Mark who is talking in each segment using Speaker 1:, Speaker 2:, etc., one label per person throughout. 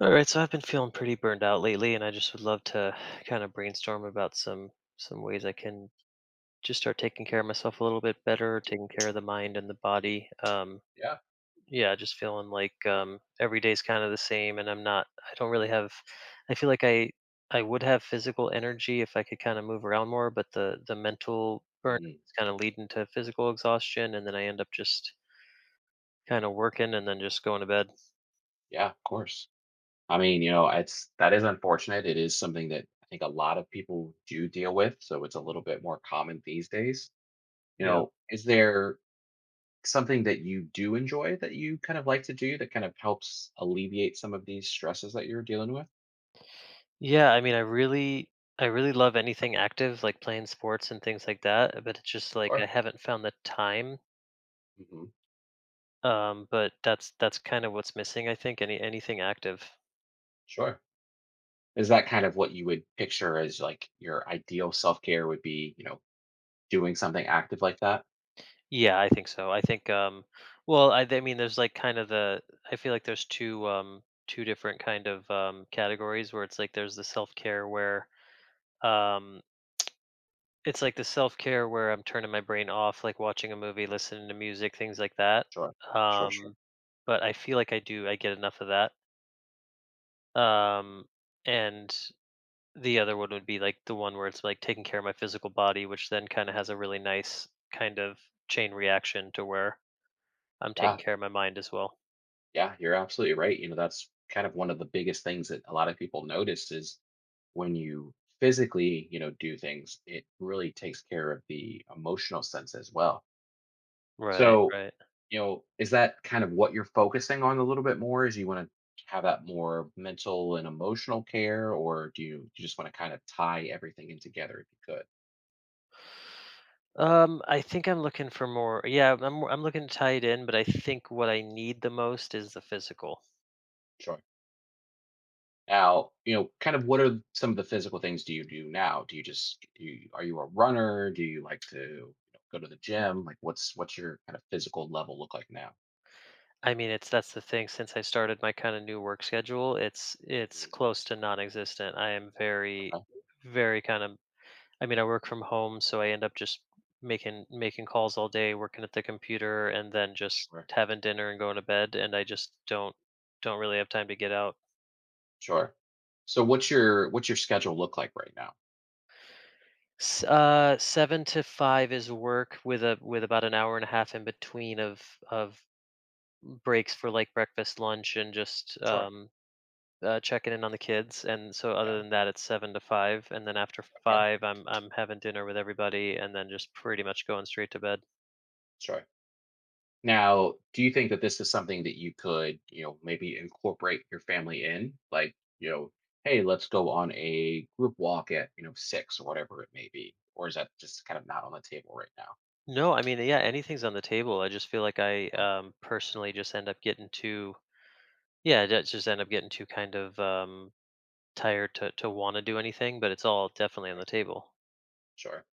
Speaker 1: All right, so I've been feeling pretty burned out lately, and I just would love to kind of brainstorm about some ways I can just start taking care of myself a little bit better, taking care of the mind and the body.
Speaker 2: Yeah.
Speaker 1: Yeah, just feeling like every day's kind of the same, and I'm not. I don't really have. I feel like I would have physical energy if I could kind of move around more, but the mental burnout
Speaker 2: Mm,
Speaker 1: is kind of leading to physical exhaustion, and then I end up just kind of working and then just going to bed.
Speaker 2: yeah, of course. I mean, it's that is unfortunate. It is something that I think a lot of people do deal with, so it's a little bit more common these days.
Speaker 1: Yeah.
Speaker 2: Is there something that you do enjoy that you kind of like to do that kind of helps alleviate some of these stresses that you're dealing with?
Speaker 1: Yeah, I mean, I really love anything active, like playing sports and things like that, but it's just like I
Speaker 2: Sure.
Speaker 1: haven't found the time.
Speaker 2: Hmm.
Speaker 1: But that's kind of what's missing, I think. Anything active.
Speaker 2: Sure. Is that kind of what you would picture as like your ideal self care would be, doing something active like that?
Speaker 1: Yeah, I think so. I think well, I mean there's like kind of the I feel like there's two two different kind of categories where it's like there's the self-care where um it's like the self-care where I'm turning my brain off, like watching a movie, listening to music, things like that.
Speaker 2: Sure. Sure, sure.
Speaker 1: Um, but I feel like I get enough of that. Um, and the other one would be like the one where it's like taking care of my physical body, which then kind of has a really nice kind of chain reaction to where I'm taking
Speaker 2: Yeah.
Speaker 1: care of my mind as well.
Speaker 2: Yeah, you're absolutely right. That's kind of one of the biggest things that a lot of people notice is when you physically, do things, it really takes care of the emotional sense as well.
Speaker 1: Right,
Speaker 2: So,
Speaker 1: right.
Speaker 2: is that kind of what you're focusing on a little bit more? Is you want to have that more mental and emotional care, or you just want to kind of tie everything in together if you could?
Speaker 1: I think I'm looking for more. Yeah, I'm looking to tie it in, but I think what I need the most is the physical.
Speaker 2: Sure. Now, kind of what are some of the physical things do you do now? Do you just do you, are you a runner? Do you like to go to the gym? Like what's your kind of physical level look like now?
Speaker 1: I mean, it's that's the thing. Since I started my kind of new work schedule, it's
Speaker 2: Hmm.
Speaker 1: close to non-existent. I am very,
Speaker 2: Okay.
Speaker 1: very kind of. I mean, I work from home, so I end up just making calls all day, working at the computer, and then just
Speaker 2: Sure.
Speaker 1: having dinner and going to bed. And I just don't really have time to get out.
Speaker 2: Sure. So what's your schedule look like right now?
Speaker 1: 7 to 5 is work with a with about an hour and a half in between of breaks for like breakfast, lunch, and just
Speaker 2: Sure.
Speaker 1: checking in on the kids, and so other
Speaker 2: Yeah.
Speaker 1: than that, it's 7 to 5, and then after
Speaker 2: Okay.
Speaker 1: 5, I'm having dinner with everybody, and then just pretty much going straight to bed.
Speaker 2: Sure. Now, do you think that this is something that you could, maybe incorporate your family in? Like, hey, let's go on a group walk at, six or whatever it may be. Or is that just kind of not on the table right now?
Speaker 1: No, I mean, yeah, anything's on the table. I just feel like I
Speaker 2: Okay.
Speaker 1: um, personally just end up getting too, yeah, I just end up getting too kind of tired to want to do anything, but it's all definitely on
Speaker 2: Sure.
Speaker 1: the table.
Speaker 2: Sure.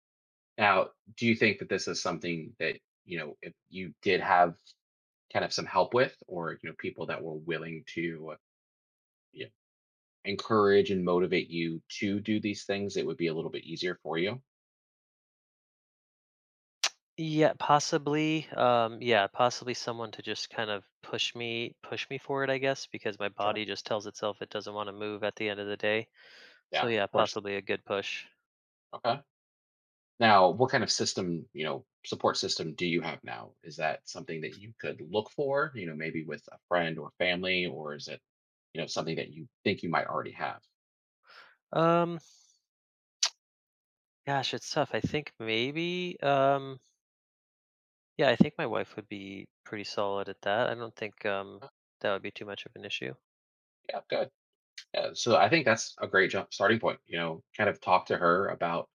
Speaker 2: Now, do you think that this is something that, if you did have kind of some help with or, people that were willing to you know, encourage and motivate you to do these things, it would be a little bit easier for you?
Speaker 1: Yeah, possibly.
Speaker 2: Okay.
Speaker 1: Yeah, possibly someone to just kind of push me forward, I guess, because my
Speaker 2: Sure.
Speaker 1: body just tells itself it doesn't want to move at the end of the day. So
Speaker 2: Yeah,
Speaker 1: yeah,
Speaker 2: of course.
Speaker 1: possibly a good push.
Speaker 2: Okay. Now, what kind of system, support system do you have now? Is that something that you could look for, maybe with a friend or family, or is it, something that you think you might already have?
Speaker 1: Um, Gosh, it's tough. I think maybe yeah, I think my wife would be pretty solid at that. I don't think
Speaker 2: Uh,
Speaker 1: that would be too much of an issue.
Speaker 2: Yeah, good. So I think that's a great jump starting point. Kind of talk to her about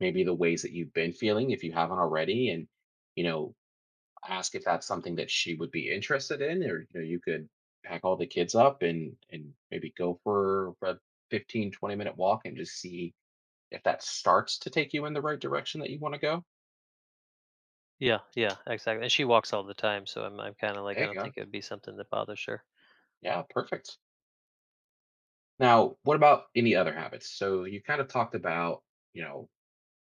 Speaker 2: maybe the ways that you've been feeling if you haven't already, and you know, ask if that's something that she would be interested in, or you could pack all the kids up and maybe go for a 15 to 20 minute walk and just see if that starts to take you in the right direction that you want to go.
Speaker 1: Yeah, yeah, exactly. And she walks all the time, so I'm kind of like
Speaker 2: There
Speaker 1: I
Speaker 2: you
Speaker 1: don't
Speaker 2: go.
Speaker 1: think it would be something that bothers her.
Speaker 2: Yeah, perfect. Now, what about any other habits? So you kind of talked about, you know,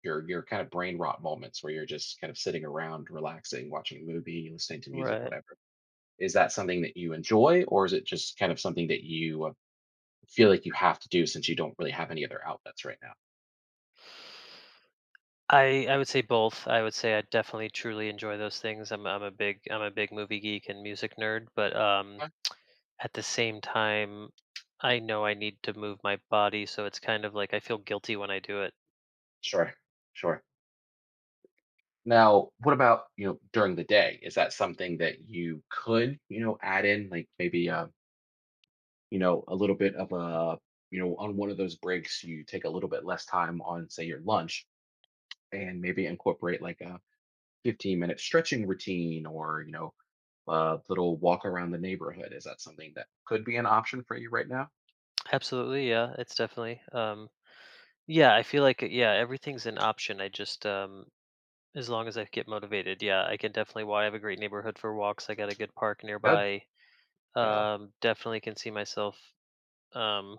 Speaker 2: your kind of brain rot moments where you're just kind of sitting around relaxing, watching a movie, listening to music,
Speaker 1: Right.
Speaker 2: whatever. Is that something that you enjoy, or is it just kind of something that you feel like you have to do since you don't really have any other outlets right now?
Speaker 1: I would say both. I would say I definitely truly enjoy those things. I'm a big movie geek and music nerd, but
Speaker 2: Okay.
Speaker 1: at the same time I know I need to move my body, so it's kind of like I feel guilty when I do it.
Speaker 2: Sure. Sure. Now, what about, during the day, is that something that you could, add in like maybe, a little bit of a on one of those breaks you take a little bit less time on, say, your lunch, and maybe incorporate like a 15-minute stretching routine or, a little walk around the neighborhood? Is that something that could be an option for you right now?
Speaker 1: Absolutely, yeah, it's definitely yeah, I feel like yeah, everything's an option. I just as long as I get motivated, yeah, I can definitely why I have a great neighborhood for walks. I got a good park
Speaker 2: Good.
Speaker 1: nearby.
Speaker 2: Yeah.
Speaker 1: Definitely can see myself um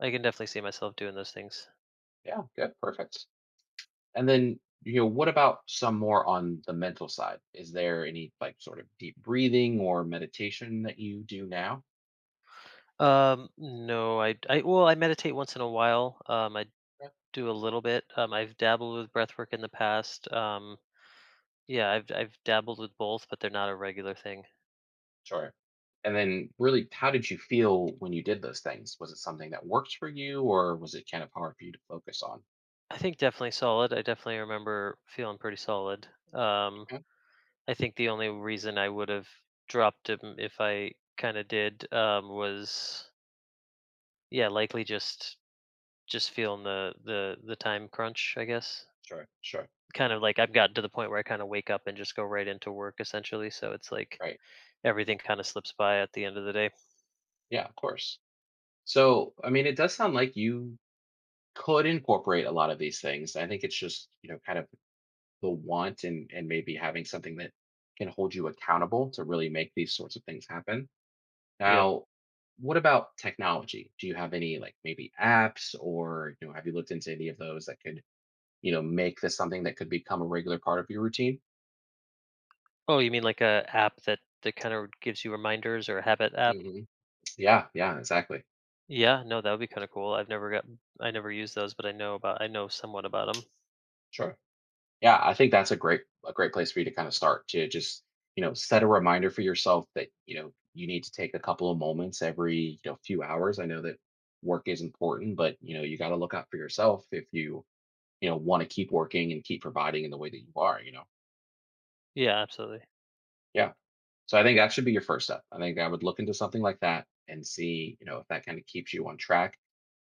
Speaker 1: I can definitely see myself doing those things.
Speaker 2: Yeah. Good. Perfect. And then, what about some more on the mental side? Is there any like sort of deep breathing or meditation that you do now?
Speaker 1: No, I well, I meditate once in a while. I
Speaker 2: Yeah.
Speaker 1: do a little bit. I've dabbled with breath work in the past. Yeah, I've dabbled with both, but they're not a regular thing.
Speaker 2: Sure. And then, really, how did you feel when you did those things? Was it something that worked for you, or was it kind of hard for you to focus on?
Speaker 1: I think definitely solid. I definitely remember feeling pretty solid. Um,
Speaker 2: Okay.
Speaker 1: I think the only reason I would have dropped him if I kind of did was yeah, likely just feeling the time crunch. I guess
Speaker 2: Sure, sure.
Speaker 1: kind of like I've gotten to the point where I kind of wake up and just go right into work essentially. So it's like
Speaker 2: Right.
Speaker 1: everything kind of slips by at the end of the day.
Speaker 2: Yeah, of course. So, I mean, it does sound like you could incorporate a lot of these things. I think it's just, kind of the want and maybe having something that can hold you accountable to really make these sorts of things happen.
Speaker 1: Yeah.
Speaker 2: Now, what about technology? Do you have any like maybe apps or have you looked into any of those that could, make this something that could become a regular part of your routine?
Speaker 1: Oh, you mean like a app that kind of gives you reminders or a habit app?
Speaker 2: Hmm. Yeah, yeah, exactly.
Speaker 1: Yeah, no, that would be kind of cool. I've never got, I never used those, but I know about, I know somewhat about them.
Speaker 2: Sure. Yeah, I think that's a great place for you to kind of start to just, set a reminder for yourself that, you need to take a couple of moments every, few hours. I know that work is important, but you got to look out for yourself if you, want to keep working and keep providing in the way that you are.
Speaker 1: Yeah, absolutely.
Speaker 2: Yeah. So I think that should be your first step. I think I would look into something like that and see, if that kind of keeps you on track.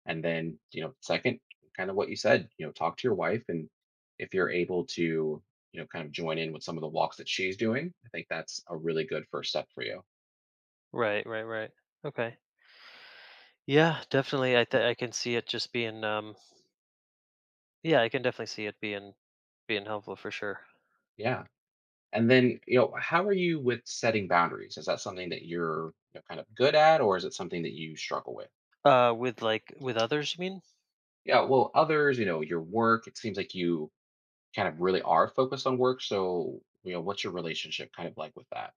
Speaker 2: And then, second, kind of what you said, talk to your wife and if you're able to, kind of join in with some of the walks that she's doing, I think that's a really good first step for you.
Speaker 1: Right, right, right. Okay. Yeah, definitely. I can see it just being yeah, I can definitely see it being helpful for sure.
Speaker 2: Yeah. And then, how are you with setting boundaries? Is that something that you're kind of good at or is it something that you struggle with?
Speaker 1: With others, you mean?
Speaker 2: Yeah, well, others, your work, it seems like you kind of really are focused on work. So, what's your relationship kind of like with that?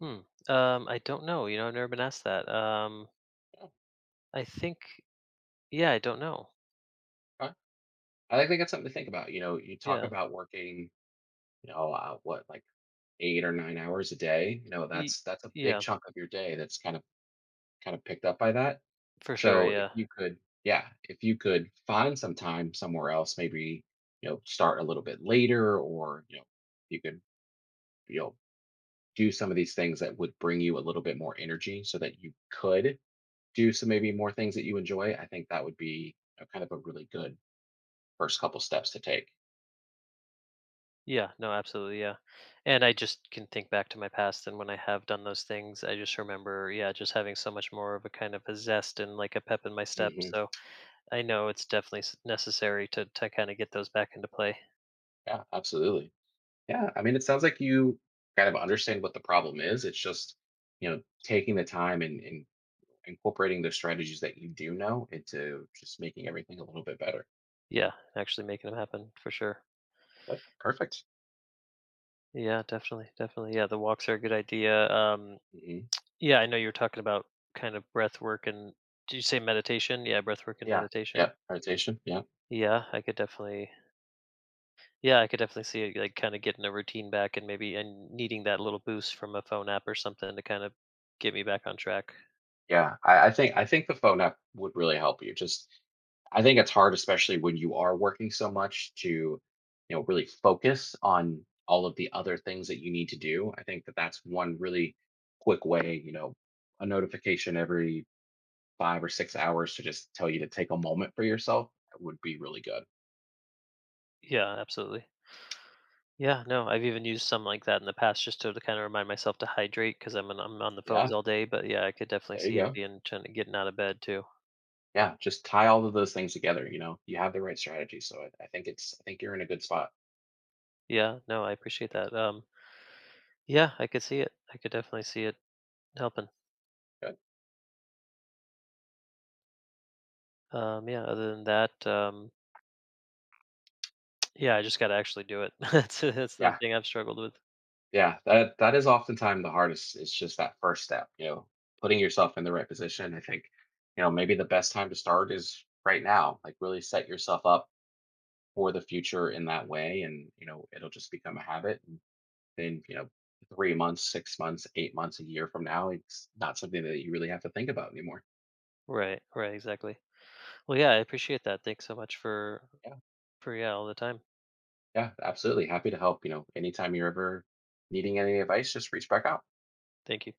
Speaker 1: Hmm. I don't know. You know, I've never been asked that.
Speaker 2: Yeah,
Speaker 1: I think, yeah, I don't know.
Speaker 2: okay. I think that's something to think about. You talk
Speaker 1: Yeah.
Speaker 2: about working, what like 8 or 9 hours a day.
Speaker 1: Y-
Speaker 2: That's a big
Speaker 1: yeah,
Speaker 2: chunk of your day that's kind of picked up by that.
Speaker 1: for sure.
Speaker 2: So,
Speaker 1: Yeah.
Speaker 2: if you could find some time somewhere else, maybe start a little bit later, or you could you know do some of these things that would bring you a little bit more energy so that you could do some maybe more things that you enjoy, I think that would be a kind of a really good first couple steps to take.
Speaker 1: Yeah, no, absolutely, yeah. And I just can think back to my past and when I have done those things, I just remember, yeah, just having so much more of a kind of a zest and like a pep in my step.
Speaker 2: Hmm.
Speaker 1: So I know it's definitely necessary to kind of get those back into play.
Speaker 2: Yeah, absolutely. Yeah, I mean, it sounds like you kind of understand what the problem is. It's just taking the time and incorporating those strategies that you do know into just making everything a little bit better.
Speaker 1: Yeah, actually making them happen for sure.
Speaker 2: But perfect.
Speaker 1: Yeah, definitely, definitely. Yeah, the walks are a good idea.
Speaker 2: Hmm.
Speaker 1: Yeah, I know you were talking about kind of breath work and did you say meditation? Yeah, breath work and
Speaker 2: Yeah.
Speaker 1: meditation.
Speaker 2: Yeah. Meditation. Yeah.
Speaker 1: Yeah, I could definitely. Yeah, I could definitely see it like kind of getting a routine back and maybe and needing that little boost from a phone app or something to kind of get me back on track.
Speaker 2: Yeah, I think I think the phone app would really help you. Just I think it's hard, especially when you are working so much, to really focus on all of the other things that you need to do. I think that that's one really quick way. A notification every 5 or 6 hours to just tell you to take a moment for yourself would be really good.
Speaker 1: Yeah, absolutely. Yeah, no, I've even used some like that in the past just to, kind of remind myself to hydrate because I'm on the phones
Speaker 2: Yeah,
Speaker 1: all day. But yeah, I could definitely
Speaker 2: there you
Speaker 1: see it
Speaker 2: go.
Speaker 1: being trying to getting out of bed too.
Speaker 2: Yeah, just tie all of those things together. You have the right strategy, so I think it's I think you're in a good spot.
Speaker 1: Yeah, no, I appreciate that. Yeah, I could see it. I could definitely see it helping.
Speaker 2: Good.
Speaker 1: Yeah, other than that, yeah, I just got to actually do it. That's the
Speaker 2: Yeah.
Speaker 1: thing I've struggled with.
Speaker 2: Yeah, that that is oftentimes the hardest. It's just that first step, putting yourself in the right position. I think, maybe the best time to start is right now. Like really set yourself up for the future in that way, and it'll just become a habit. And then, 3 months, 6 months, 8 months, a year from now, it's not something that you really have to think about anymore.
Speaker 1: Right, right, exactly. Well, yeah, I appreciate that. Thanks so much for
Speaker 2: Yeah,
Speaker 1: for yeah, all the time.
Speaker 2: yeah, absolutely. Happy to help. Anytime you're ever needing any advice, just reach back out.
Speaker 1: Thank you.